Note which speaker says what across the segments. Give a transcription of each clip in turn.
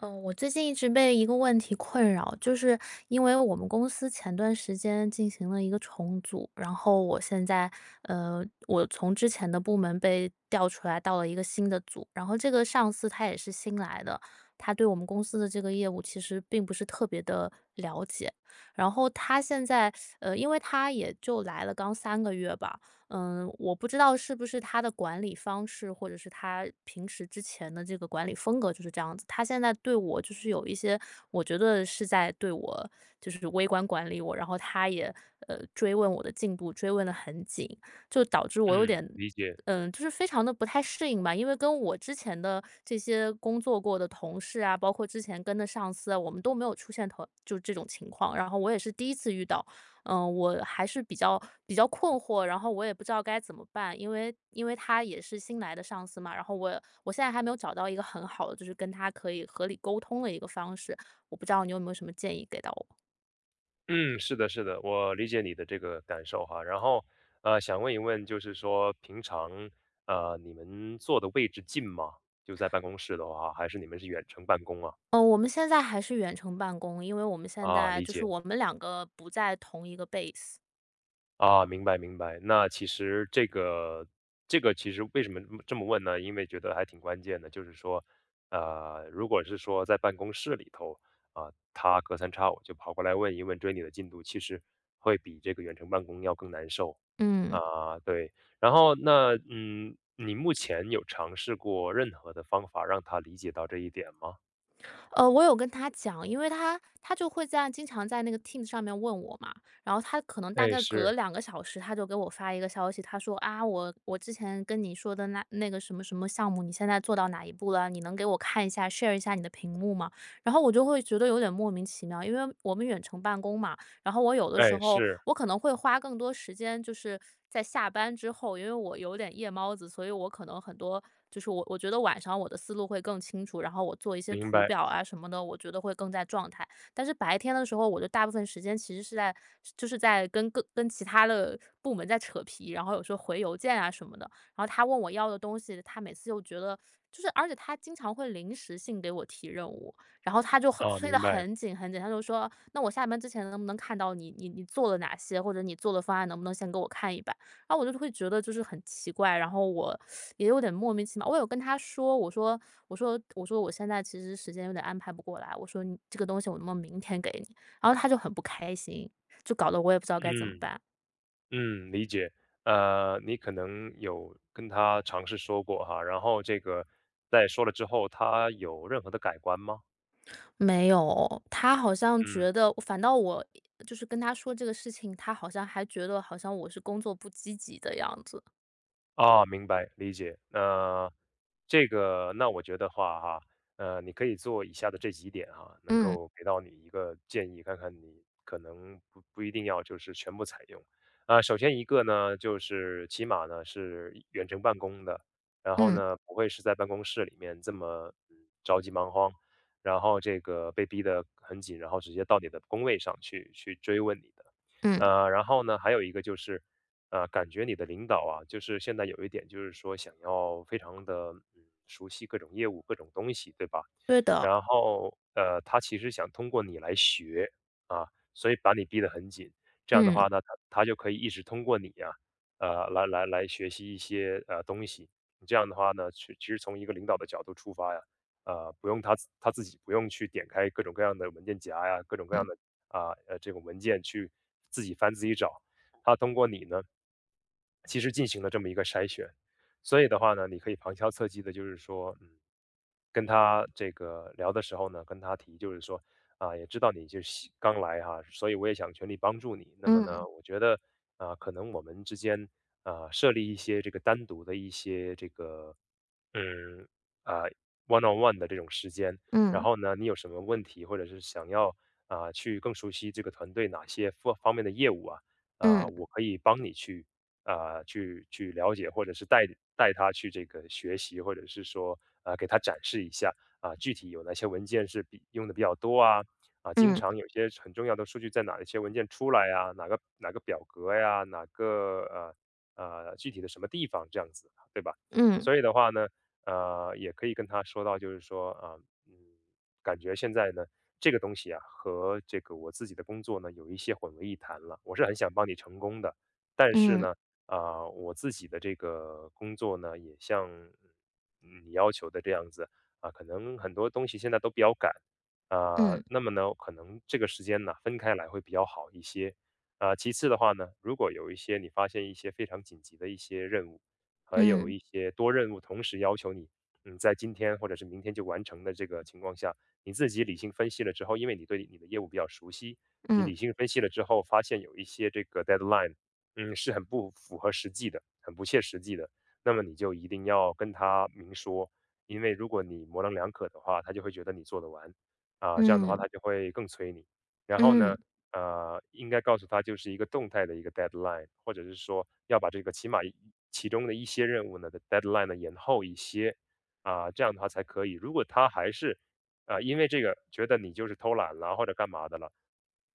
Speaker 1: 嗯，我最近一直被一个问题困扰，就是因为我们公司前段时间进行了一个重组，然后我现在，我从之前的部门被调出来到了一个新的组，然后这个上司他也是新来的，他对我们公司的这个业务其实并不是特别的了解。然后他现在，因为他也就来了刚3个月吧。我不知道是不是他的管理方式，或者是他平时之前的这个管理风格就是这样子。他现在对我就是有一些，我觉得是在对我就是微观管理我，然后他也追问我的进度，追问的很紧，就导致我有
Speaker 2: 嗯，
Speaker 1: 点。
Speaker 2: 理解。
Speaker 1: 就是非常的不太适应吧，因为跟我之前的这些工作过的同事啊，包括之前跟的上司啊，我们都没有出现同就这种情况，然后我也是第一次遇到。我还是比较困惑，然后我也不知道该怎么办，因为他也是新来的上司嘛，然后我现在还没有找到一个很好的，就是跟他可以合理沟通的一个方式，我不知道你有没有什么建议给到我？
Speaker 2: 嗯，是的，是的，我理解你的这个感受哈。然后，想问一问，就是说平常，你们坐的位置近吗？就在办公室的话，还是你们是远程办公啊？
Speaker 1: 嗯，我们现在还是远程办公，因为我们现
Speaker 2: 啊，
Speaker 1: 在
Speaker 2: 理
Speaker 1: 就是
Speaker 2: 解。
Speaker 1: 我们两个不在同一个 base。
Speaker 2: 啊，明白。那其实这个这个其实为什么这么问呢？因为觉得还挺关键的，就是说，呃，如果是说在办公室里头啊，他隔三差五就跑过来问一问追你的进度，其实会比这个远程办公要更难受
Speaker 1: 嗯。
Speaker 2: 啊。对，然后那嗯，你目前有尝试过任何的方法让他理解到这一点吗？
Speaker 1: 我有跟他讲，因为他就会在经常在那个 Teams 上面问我嘛，然后他可能大
Speaker 2: 哎，
Speaker 1: 概隔
Speaker 2: 是，
Speaker 1: 2个小时，他就给我发一个消息，他说啊，我之前跟你说的那个什么什么项目，你现在做到哪一步了？你能给我看一下，share 一下你的屏幕吗？然后我就会觉得有点莫名其妙，因为我们远程办公嘛，然后我有的时
Speaker 2: 哎，
Speaker 1: 候
Speaker 2: 是，
Speaker 1: 我可能会花更多时间，就是在下班之后，因为我有点夜猫子，所以我可能很多就是我觉得晚上我的思路会更清楚，然后我做一些
Speaker 2: 明
Speaker 1: 图
Speaker 2: 白
Speaker 1: 表啊什么的，我觉得会更在状态。但是白天的时候，我就大部分时间其实是在就是在跟其他的部门在扯皮，然后有时候回邮件啊什么的。然后他问我要的东西，他每次又觉得就是，而且他经常会临时性给我提任务，然后他就很
Speaker 2: 啊，
Speaker 1: 催得
Speaker 2: 明白，
Speaker 1: 很紧很紧，他就说：“那我下班之前能不能看到你做了哪些，或者你做的方案能不能先给我看一版？”然后我就会觉得就是很奇怪，然后我也有点莫名其妙。我有跟他说，我说我现在其实时间有点安排不过来，我说你这个东西我能不能明天给你？然后他就很不开心，就搞得我也不知道该怎么
Speaker 2: 嗯。
Speaker 1: 办。
Speaker 2: 嗯，理解。呃，你可能有跟他尝试说过哈，然后这个在说了之后，他有任何的改观吗？
Speaker 1: 没有，他好像
Speaker 2: 嗯。
Speaker 1: 觉得反倒我就是跟他说这个事情，他好像还觉得好像我是工作不积极的样子。
Speaker 2: 啊，明白，理解。那这个，那我觉得话哈，呃，你可以做以下的这几点哈，能
Speaker 1: 嗯
Speaker 2: 够给到你一个建议，看看你可能不一定要就是全部采用。啊、首先一个呢，就是起码呢是远程办公的，然后
Speaker 1: 嗯。
Speaker 2: 呢不会是在办公室里面这么嗯着急忙慌，然后这个被逼得很紧，然后直接到你的工位上去追问你的。
Speaker 1: 嗯。
Speaker 2: 呃，然后呢还有一个就是。呃，感觉你的领导啊，就是现在有一点就是说想要非常的嗯熟悉各种业务、各种东西，对吧？
Speaker 1: 对的。
Speaker 2: 然后呃，他其实想通过你来学啊，所以把你逼得很紧。这样的
Speaker 1: 嗯。
Speaker 2: 话呢，他就可以一直通过你啊，来学习一些呃东西。这样的话呢，其实从一个领导的角度出发呀，呃，不用他自己不用去点开各种各样的文件夹呀，各种各
Speaker 1: 嗯。
Speaker 2: 样的啊呃这种文件去自己翻自己找，他通过你呢，其实进行了这么一个筛选。所以的话呢，你可以旁敲侧击的，就是说，嗯，跟他这个聊的时候呢，跟他提，就是说，啊，也知道你就是新刚来哈，所以我也想全力帮助你。那么呢，
Speaker 1: 嗯。
Speaker 2: 我觉得啊，可能我们之间啊，设立一些这个单独的一些这个嗯，啊，one on one 的这种时间，然
Speaker 1: 嗯。
Speaker 2: 后呢，你有什么问题，或者是想要啊去更熟悉这个团队哪些方方面的业务啊，啊，
Speaker 1: 嗯。
Speaker 2: 我可以帮你去了解，或者是带带他去这个学习，或者是说啊给他展示一下啊，具体有哪些文件是比用的比较多啊啊，经
Speaker 1: 嗯。
Speaker 2: 常有些很重要的数据在哪一些文件出来啊，哪个表格呀，哪个呃呃具体的什么地方这样子，对吧？
Speaker 1: 嗯。
Speaker 2: 所以的话呢。呃，也可以跟他说到，就是说啊，嗯，感觉现在呢，这个东西啊，和这个我自己的工作呢，有一些混为一谈了。我是很想帮你成功的，但是
Speaker 1: 嗯。
Speaker 2: 呢，啊、我自己的这个工作呢，也像嗯你要求的这样子啊，可能很多东西现在都比较赶啊、
Speaker 1: 嗯。
Speaker 2: 那么呢，可能这个时间呢，分开来会比较好一些。啊，其次的话呢，如果有一些你发现一些非常紧急的一些任务，还
Speaker 1: 嗯。
Speaker 2: 有
Speaker 1: 嗯。
Speaker 2: 一些多任务同时要求你，嗯，在今天或者是明天就完成的这个情况下，你自己理性分析了之后，因为你对你的业务比较熟悉，你
Speaker 1: 嗯。
Speaker 2: 理性分析了之后，发现有一些这个 deadline,嗯，是很不符合实际的，很不切实际的，那么你就一定要跟他明说，因为如果你模棱两可的话，他就会觉得你做得完，啊，这样的
Speaker 1: 嗯。
Speaker 2: 话他就会更催你。然后
Speaker 1: 嗯。
Speaker 2: 呢，呃，应该告诉他就是一个动态的一个 deadline,或者是说要把这个起码一其中的一些任务呢的 deadline 呢延后一些，啊，这样的话才可以。如果他还是啊，因为这个觉得你就是偷懒了或者干嘛的了，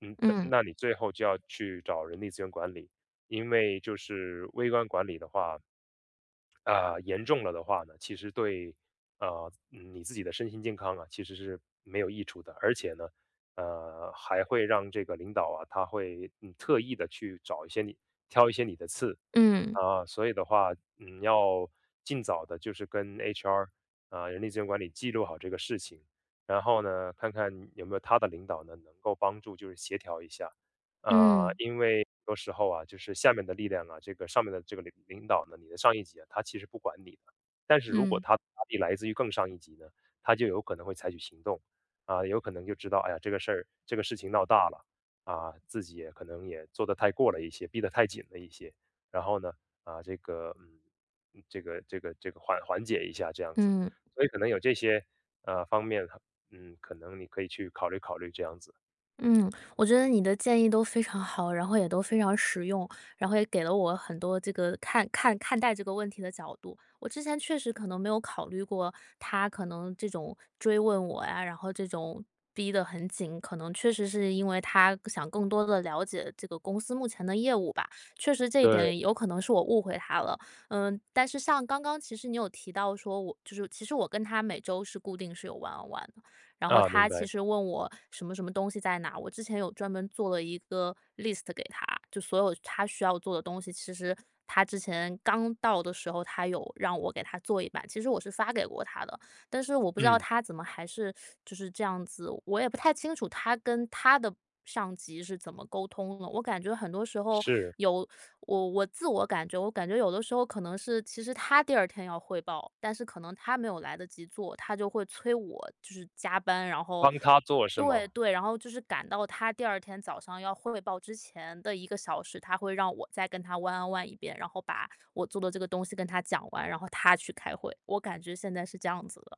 Speaker 2: 嗯，
Speaker 1: 嗯。
Speaker 2: 那你最后就要去找人力资源管理，因为就是微观管理的话，啊，严重了的话呢，其实对呃嗯你自己的身心健康啊，其实是没有益处的，而且呢，呃，还会让这个领导啊，他会嗯特意的去找一些你挑一些你的刺，
Speaker 1: 嗯。
Speaker 2: 啊，所以的话，嗯，要尽早的，就是跟 HR 啊，人力资源管理记录好这个事情，然后呢，看看有没有他的领导呢，能够帮助就是协调一下啊，
Speaker 1: 嗯。
Speaker 2: 因为很多时候啊，就是下面的力量啊，这个上面的这个领导呢，你的上一级啊，他其实不管你的，但是如果他的压力来自于更上一级呢，他就有可能会采取行动啊，有可能就知道，哎呀，这个事儿这个事情闹大了啊，自己也可能也做得太过了一些，逼得太紧了一些。然后呢，啊，这个嗯，嗯这个缓解一下这样子。
Speaker 1: 嗯。
Speaker 2: 所以可能有这些呃方面，嗯，可能你可以去考虑这样子。
Speaker 1: 嗯，我觉得你的建议都非常好，然后也都非常实用，然后也给了我很多这个看待这个问题的角度。我之前确实可能没有考虑过他可能这种追问我呀，然后这种逼得很紧，可能确实是因为他想更多的了解这个公司目前的业务吧。确实这一
Speaker 2: 对，
Speaker 1: 点有可能是我误会他了。嗯，但是像刚刚其实你有提到说我就是其实我跟他每周是固定是有玩 NEO， 然后
Speaker 2: 啊，
Speaker 1: 他
Speaker 2: 明
Speaker 1: 其
Speaker 2: 白，
Speaker 1: 实问我什么什么东西在哪，我之前有专门做了一个 list 给他，就所有他需要做的东西，其实他之前刚到的时候，他有让我给他做一版，其实我是发给过他的，但是我不知道
Speaker 2: 嗯，
Speaker 1: 他怎么还是就是这样子，我也不太清楚他跟他的上级是怎么沟通的。我感觉很多时候
Speaker 2: 是，
Speaker 1: 有我我感觉，我感觉有的时候可能是其实他第二天要汇报，但是可能他没有来得及做，他就会催我就是加班，然后
Speaker 2: 帮他做是吗？
Speaker 1: 对对，然后就是赶到他第二天早上要汇报之前的一个小时，他会让我再跟他 one on one 一遍，然后把我做的这个东西跟他讲完，然后他去开会。我感觉现在是这样子的。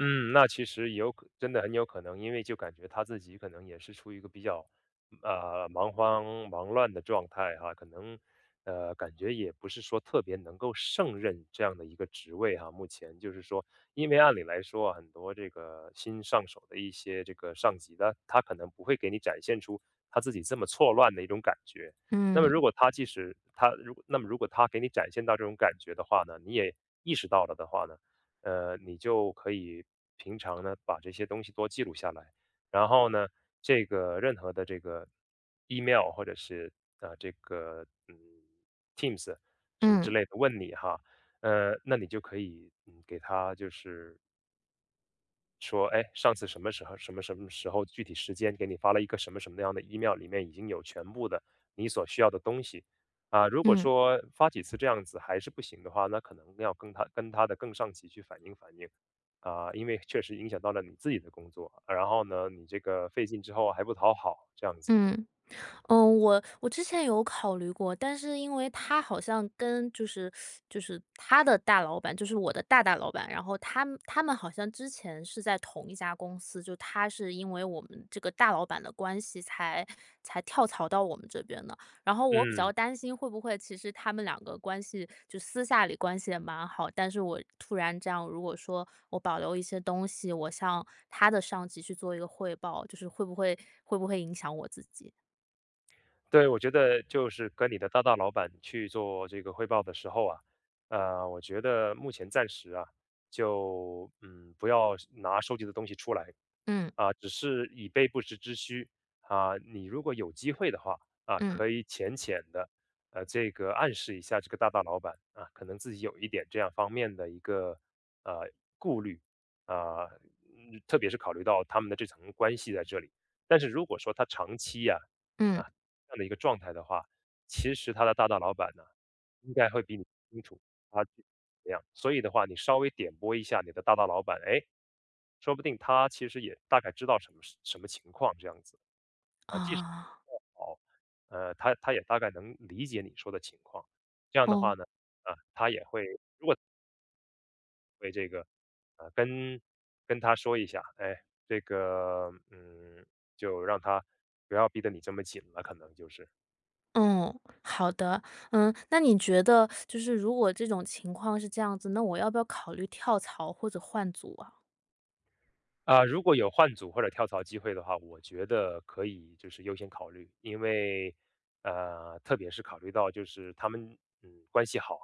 Speaker 2: 嗯，那其实也有可真的很有可能，因为就感觉他自己可能也是处于一个比较呃忙慌忙乱的状态哈，可能呃感觉也不是说特别能够胜任这样的一个职位哈。目前就是说，因为按理来说啊，很多这个新上手的一些这个上级的，他可能不会给你展现出他自己这么错乱的一种感觉。那么
Speaker 1: 嗯。
Speaker 2: 如果他即使他如果那么如果他给你展现到这种感觉的话呢，你也意识到了的话呢？呃，你就可以平常呢把这些东西多记录下来，然后呢，这个任何的这个 email 或者是啊、呃这个嗯 Teams 什么
Speaker 1: 嗯。
Speaker 2: 之类的问你哈，呃，那你就可以嗯给他就是说，哎，上次什么时候、什么什么时候，具体时间给你发了一个什么什么样的 email,里面已经有全部的你所需要的东西。啊，如果
Speaker 1: 嗯。
Speaker 2: 说发几次这样子还是不行的话，那可能要跟他的更上级去反映反映，啊，因为确实影响到了你自己的工作，然后呢，你这个费劲之后还不讨好，这样子，
Speaker 1: 嗯，我之前有考虑过，但是因为他好像跟就是他的大老板，就是我的大大老板，然后他们好像之前是在同一家公司，就他是因为我们这个大老板的关系才跳槽到我们这边的。然后我比较
Speaker 2: 嗯。
Speaker 1: 担心会不会其实他们两个关系就私下里关系也蛮好，但是我突然这样，如果说我保留一些东西，我向他的上级去做一个汇报，就是会不会影响我自己？
Speaker 2: 对，我觉得就是跟你的大大老板去做这个汇报的时候啊，呃，我觉得目前暂时啊，就嗯，不要拿收集的东西出来，
Speaker 1: 嗯。
Speaker 2: 啊，只是以备不时之需啊。你如果有机会的话啊，
Speaker 1: 嗯
Speaker 2: 可以浅浅的呃这个暗示一下这个大大老板啊，可能自己有一点这样方面的一个呃顾虑啊，嗯特别是考虑到他们的这层关系在这里。但是如果说他长期呀啊，
Speaker 1: 嗯。
Speaker 2: 这样的一个状态的话，其实他的大大老板呢。应该会比你清楚他具体怎么样。所以的话，你稍微点拨一下你的大大老板，哎，说不定他其实也大概知道什么是什么情况这样子。啊，即使
Speaker 1: 啊。
Speaker 2: 不好，呃，他他也大概能理解你说的情况。这样的
Speaker 1: 哦。
Speaker 2: 话呢，啊，他也会会这个，啊跟跟他说一下，哎，这个，嗯，就让他不要逼得你这么紧了，可能就是。
Speaker 1: 嗯。好的。那你觉得就是如果这种情况是这样子，那我要不要考虑跳槽或者换组啊？
Speaker 2: 啊，如果有换组或者跳槽机会的话，我觉得可以就是优先考虑，因为呃，特别是考虑到就是他们嗯关系好，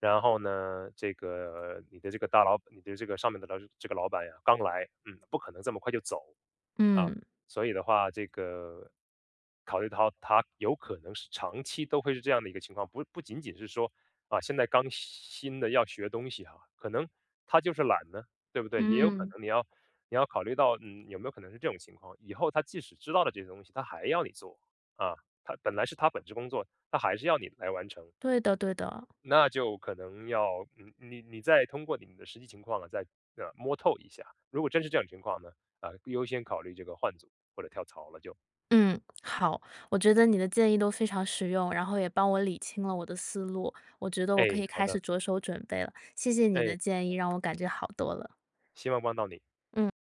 Speaker 2: 然后呢，这个你的这个大老，你的这个上面的老这个老板呀，刚来，嗯，不可能这么快就走，啊，
Speaker 1: 嗯
Speaker 2: 所以的话，这个考虑到他有可能是长期都会是这样的一个情况，不仅仅是说啊，现在刚新的要学东西哈，可能他就是懒呢，对不对？也有可
Speaker 1: 嗯。
Speaker 2: 能你要考虑到，嗯，有没有可能是这种情况？以后他即使知道了这些东西，他还要你做啊，他本来是他本职工作，他还是要你来完成
Speaker 1: 对的对的。
Speaker 2: 那就可能要嗯，你再通过你的实际情况啊，再呃摸透一下。如果真是这种情况呢，啊、优先考虑这个换组或者跳槽了就。
Speaker 1: 嗯。好。我觉得你的建议都非常实用，然后也帮我理清了我的思路，我觉得
Speaker 2: 哎，
Speaker 1: 我可以
Speaker 2: 好
Speaker 1: 开始
Speaker 2: 的，
Speaker 1: 着手准备了，谢谢你
Speaker 2: 哎，
Speaker 1: 的建议，让我感觉好多了。
Speaker 2: 希望帮到你。
Speaker 1: 嗯。